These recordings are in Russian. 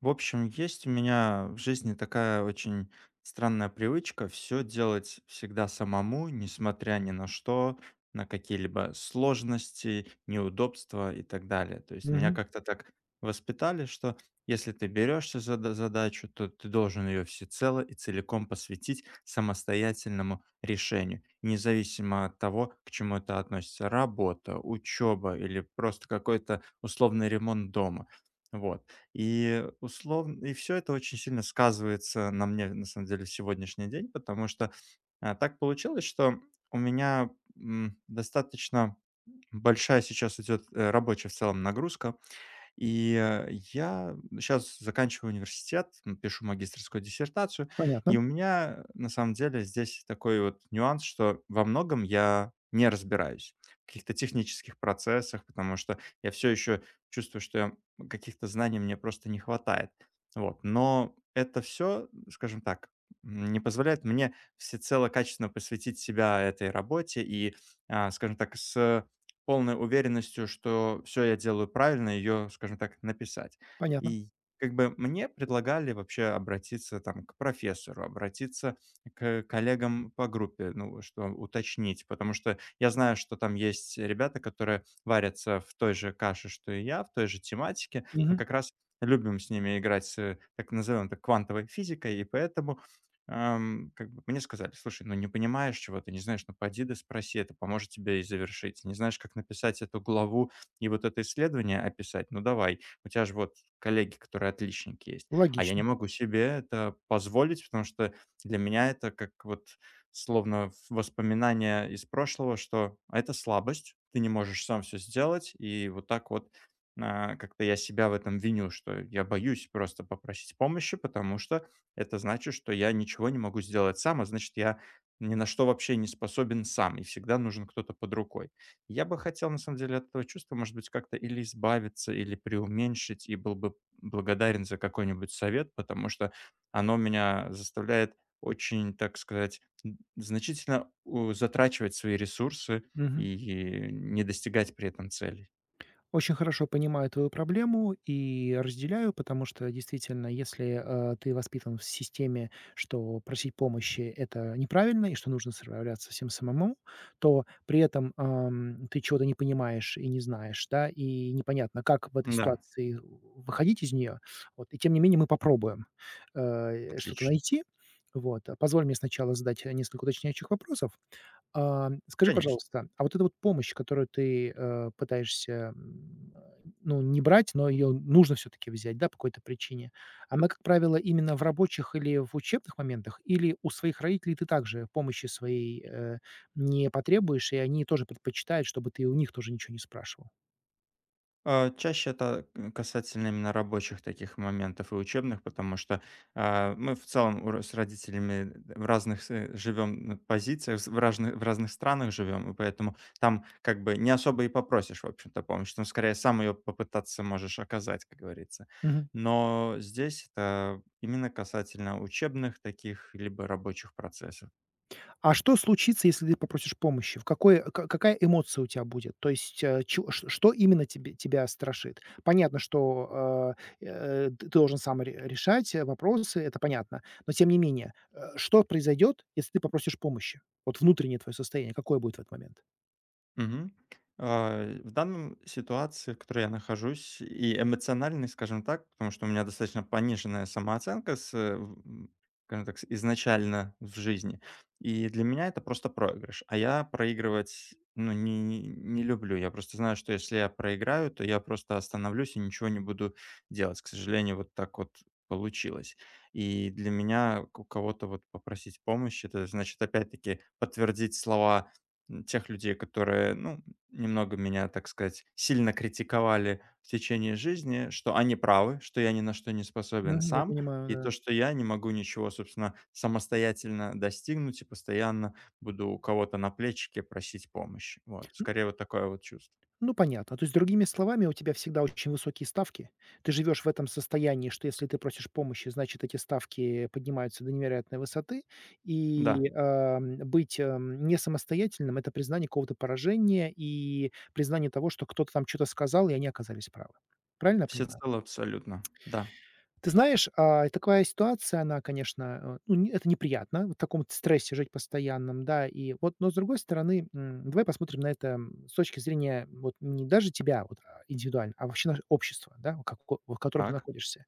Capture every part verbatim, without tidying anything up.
В общем, есть у меня в жизни такая очень странная привычка все делать всегда самому, несмотря ни на что, на какие-либо сложности, неудобства и так далее. То есть меня Мгм. как-то так воспитали, что если ты берешься за да- задачу, то ты должен ее всецело и целиком посвятить самостоятельному решению, независимо от того, к чему это относится: работа, учеба или просто какой-то условный ремонт дома. Вот. И условно и все это очень сильно сказывается на мне, на самом деле, в сегодняшний день, потому что, а, так получилось, что у меня, м, достаточно большая сейчас идет, э, рабочая в целом нагрузка. И, э, я сейчас заканчиваю университет, м, пишу магистерскую диссертацию, и Понятно, у меня, на самом деле, здесь такой вот нюанс, что во многом я не разбираюсь в каких-то технических процессах, потому что я все еще чувствую, что я каких-то знаний мне просто не хватает. Вот, но это все, скажем так, м, не позволяет мне всецело качественно посвятить себя этой работе и, а, скажем так, с полной уверенностью, что все я делаю правильно, ее, скажем так, написать. понятно. И как бы мне предлагали вообще обратиться там к профессору, обратиться к коллегам по группе, ну, что уточнить, потому что я знаю, что там есть ребята, которые варятся в той же каше, что и я, в той же тематике. Мы Мгм. как раз любим с ними играть с, э, так назовем это, квантовой физикой, и поэтому Ам, как бы мне сказали: "Слушай, ну не понимаешь чего-то, не знаешь, ну поди да спроси, это поможет тебе и завершить. Не знаешь, как написать эту главу и вот это исследование описать? Ну давай, у тебя же вот коллеги, которые отличники есть". А я Логично. не могу себе это позволить, потому что для меня это как вот словно в- воспоминание из прошлого, что это слабость, ты не можешь сам все сделать, и вот так вот а, как-то я себя в этом виню, что я боюсь просто попросить помощи, потому что это значит, что я ничего не могу сделать сам, а значит, я ни на что вообще не способен сам, и всегда нужен кто-то под рукой. Я бы хотел, на самом деле, от этого чувства, может быть, как-то или избавиться, или преуменьшить, и был бы благодарен за какой-нибудь совет, потому что оно меня заставляет очень, так сказать, н- значительно у- затрачивать свои ресурсы Мгм. и не достигать при этом целей. Очень хорошо понимаю твою проблему и разделяю, потому что действительно, если, э, ты воспитан в системе, что просить помощи- это неправильно и что нужно справляться всем самому, то при этом, ам, ты чего-то не понимаешь и не знаешь, да, и непонятно, как в этой Да, ситуации выходить из нее. Вот, и тем не менее мы попробуем, э, что-то отлично. найти. Вот. Позволь мне сначала задать, э, несколько уточняющих вопросов. А, скажи, Конечно. пожалуйста, а вот эта вот помощь, которую ты, э, пытаешься, м, ну, не брать, но ее нужно все таки взять, да, по какой-то причине. Она, как правило, именно в рабочих или в учебных моментах, или у своих родителей ты также помощи своей, э, не потребуешь, и они тоже предпочитают, чтобы ты у них тоже ничего не спрашивал? А, Чаще это касательно именно рабочих таких моментов и учебных, потому что а, мы в целом у ро- с родителями в разных с- э, живем на позициях, с- в разных, в разных странах живем, и поэтому там как бы не особо и попросишь, в общем-то, помощь. Там скорее сам ее попытаться можешь оказать, как говорится. Но здесь это именно касательно учебных таких либо рабочих процессов. А что случится, если ты попросишь помощи? В какой к какая эмоция у тебя будет? То есть, э, чё ш что именно тебе тебя страшит? Понятно, что, э, э, ты должен сам ре решать э, вопросы, это понятно. Но тем не менее, э, что произойдет, если ты попросишь помощи? Вот внутреннее твое состояние какое будет в этот момент? Мгм. А, в данном ситуации, в которой я нахожусь, и эмоциональной, скажем так, потому что у меня достаточно пониженная самооценка с, э, в м, скажем так, с изначально в жизни. И для меня это просто проигрыш. А я проигрывать, ну, не не не люблю. Я просто знаю, что если я проиграю, то я просто остановлюсь и ничего не буду делать. К сожалению, вот так вот получилось. И для меня у кого-то вот попросить помощи — это значит опять-таки подтвердить слова М, тех людей, которые, ну, немного меня, так сказать, сильно критиковали в течение жизни, что они правы, что я ни на что не способен Мгм, я сам, и то, понимаю, что я не могу ничего, собственно, самостоятельно достигнуть и постоянно буду у кого-то на плечике просить помощи. Вот, да. скорее вот такое вот чувство. Ну, понятно. То есть, другими словами, у тебя всегда очень высокие ставки. Ты живешь в этом состоянии, что если ты просишь помощи, значит, эти ставки поднимаются до невероятной высоты. Да, И, ам, быть, ам, не самостоятельным- это признание какого-то поражения и признание того, что кто-то там что то сказал, и они оказались правы. Правильно я понимаю? всецело абсолютно. Да. Ты знаешь, а, такая ситуация, она, конечно, э, ну, не- это неприятно, в таком стрессе жить постоянном, да, и вот, но с другой стороны, м, давай посмотрим на это м, с точки зрения вот не даже тебя вот а, индивидуально, а вообще наше общество, да, в како- в котором ты Так, находишься.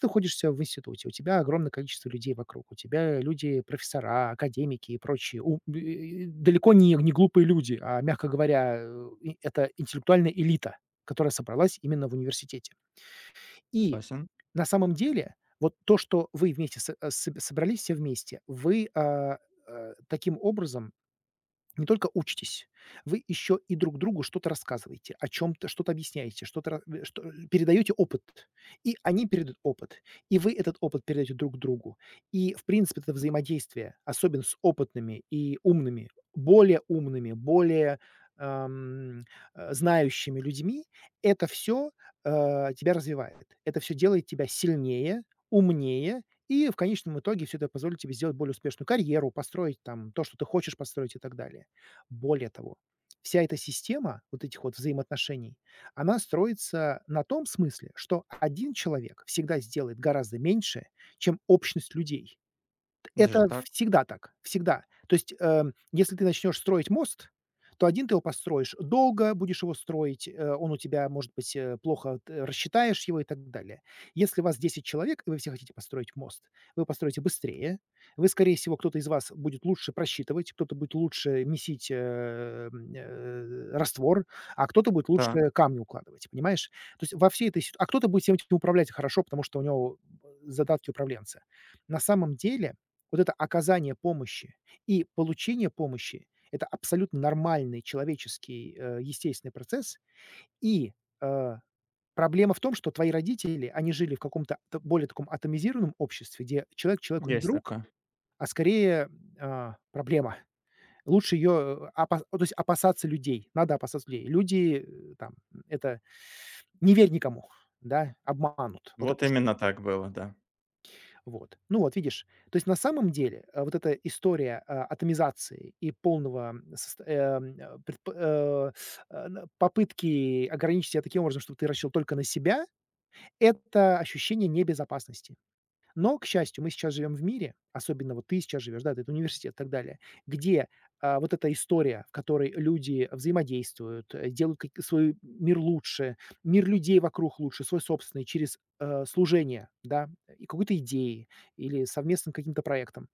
Ты находишься в институте, у тебя огромное количество людей вокруг, у тебя люди, профессора, академики и прочие, у- э, э, далеко не, не глупые люди, а, мягко говоря, э, и- это интеллектуальная элита, которая собралась именно в университете. И согласен. на самом деле вот то, что вы вместе со э, соб собрались все вместе, вы, а, э, таким образом не только учитесь, вы еще и друг другу что-то рассказываете, о чем-то что-то объясняете, что-то ра э, что э, передаете опыт, и они передают опыт, и вы этот опыт передаете друг другу. И, в принципе, это взаимодействие, особенно с опытными и умными, более умными, более, ам, э, знающими людьми, это все тебя развивает. Это все делает тебя сильнее, умнее, и в конечном итоге все это позволит тебе сделать более успешную карьеру, построить там то, что ты хочешь построить и так далее. Более того, вся эта система вот этих вот взаимоотношений, она строится на том смысле, что один человек всегда сделает гораздо меньше, чем общность людей. Даже Это так? всегда так, всегда. То есть, эм, если ты начнешь строить мост, то один ты его построишь долго, будешь его строить, э, он у тебя, может быть, э, плохо т рассчитаешь его и так далее. Если вас десять человек и вы все хотите построить мост, вы построите быстрее, вы, скорее всего, кто-то из вас будет лучше просчитывать, кто-то будет лучше месить, эм, э, раствор, а кто-то будет Так, лучше камни укладывать, понимаешь? То есть во всей этой сит а кто-то будет всем этим управлять хорошо, потому что у него э, задатки управленца. На самом деле вот это оказание помощи и получение помощи- это абсолютно нормальный человеческий, э, естественный процесс. И, э, проблема в том, что твои родители, они жили в каком-то т более таком атомизированном обществе, где человек человеку не есть друг, такое. а скорее, а, проблема. Лучше ее, э, то есть опасаться людей. Надо опасаться людей. Люди, э, там, это "не верь никому", да, обманут. Вот Вот эта штука. именно так было, да. Вот. Ну вот, видишь, то есть на самом деле, э, вот эта история, а, атомизации и полного, м, сост эм, э, предп э, э, на попытки ограничить себя таким образом, чтобы ты рассчитывал только на себя- это ощущение небезопасности. Но, к счастью, мы сейчас живем в мире, особенно вот ты сейчас живешь, да, ты это университет и так далее, где, а, вот эта история, в которой люди взаимодействуют, э, делают как свой мир лучше, мир людей вокруг лучше, свой собственный через, э, служение, да, и какой-то идеи или совместным каким-то проектом.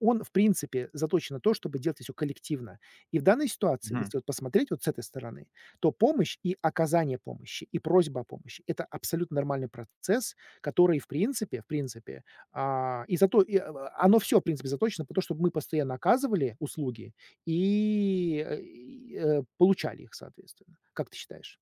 Он, в принципе, заточен на то, чтобы делать все коллективно. И в данной ситуации, Мгм. если вот посмотреть вот с этой стороны, то помощь и оказание помощи, и просьба о помощи- это абсолютно нормальный процесс, который, в принципе в принципе, а, и зато и, а, оно все в принципе, заточено по то, чтобы мы постоянно оказывали услуги и, э, и, э, получали их, соответственно. Как ты считаешь?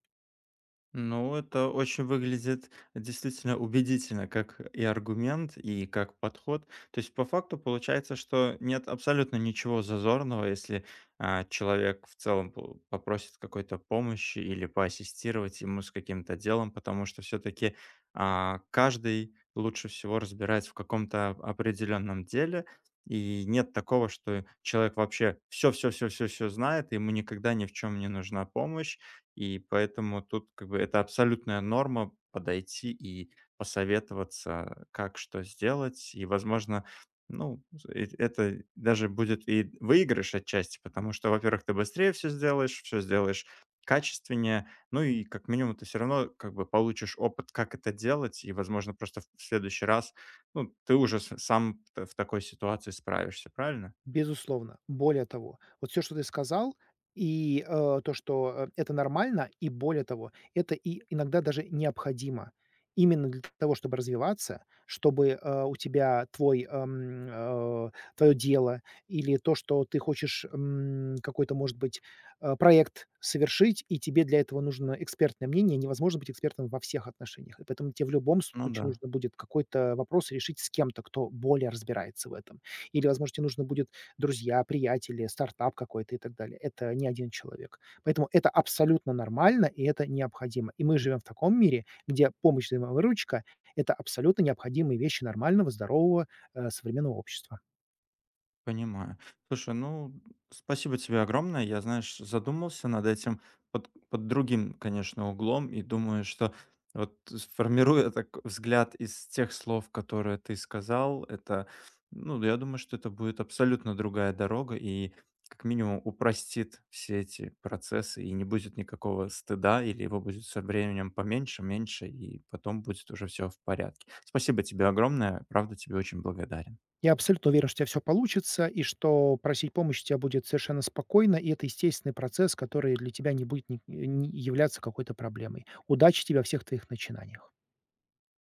Ну, это очень выглядит действительно убедительно, как и аргумент, и как подход. То есть, по факту получается, что нет абсолютно ничего зазорного, если а, человек в целом по- попросит какой-то помощи или поассистировать ему с каким-то делом, потому что все-таки каждый лучше всего разбирается в каком-то определенном деле. И нет такого, что человек вообще все-все-все-все-все знает, и ему никогда ни в чем не нужна помощь, и поэтому тут как бы это абсолютная норма — подойти и посоветоваться, как что сделать. И, возможно, ну, э- это даже будет и выигрыш отчасти, потому что, во-первых, ты быстрее все сделаешь, все сделаешь качественнее, ну и как минимум ты все равно как бы получишь опыт, как это делать, и, возможно, просто в в следующий раз, ну, ты уже с- сам т- в такой ситуации справишься, правильно? Безусловно. Более того, вот все, что ты сказал, и, э, то, что, э, это нормально, и более того, это и иногда даже необходимо. Именно для того, чтобы развиваться, чтобы, э, у тебя твой, эм, э, твоё дело или то, что ты хочешь, м, какой-то, может быть, э, проект совершить, и тебе для этого нужно экспертное мнение. Невозможно быть экспертом во всех отношениях. И поэтому тебе в любом Ну случае да. нужно будет какой-то вопрос решить с кем-то, кто более разбирается в этом. Или, возможно, тебе нужно будет друзья, приятели, стартап какой-то и так далее. Это не один человек. Поэтому это абсолютно нормально и это необходимо. И мы живем в таком мире, где помощь, взаимовыручка- это абсолютно необходимые вещи нормального, здорового, э, современного общества. Понимаю. Слушай, ну, спасибо тебе огромное. Я, знаешь, задумался над этим под, под другим, конечно, углом и думаю, что вот сформируя так взгляд из тех слов, которые ты сказал, это, ну, я думаю, что это будет абсолютно другая дорога и как минимум упростит все эти процессы, и не будет никакого стыда, или его будет со временем поменьше, меньше, и потом будет уже все в порядке. Спасибо тебе огромное, правда, тебе очень благодарен. Я абсолютно уверен, что у тя всё получится и что просить помощи у тебя будет совершенно спокойно, и это естественный процесс, который для тебя не будет ни не являться какой-то проблемой. Удачи тебе во всех твоих начинаниях.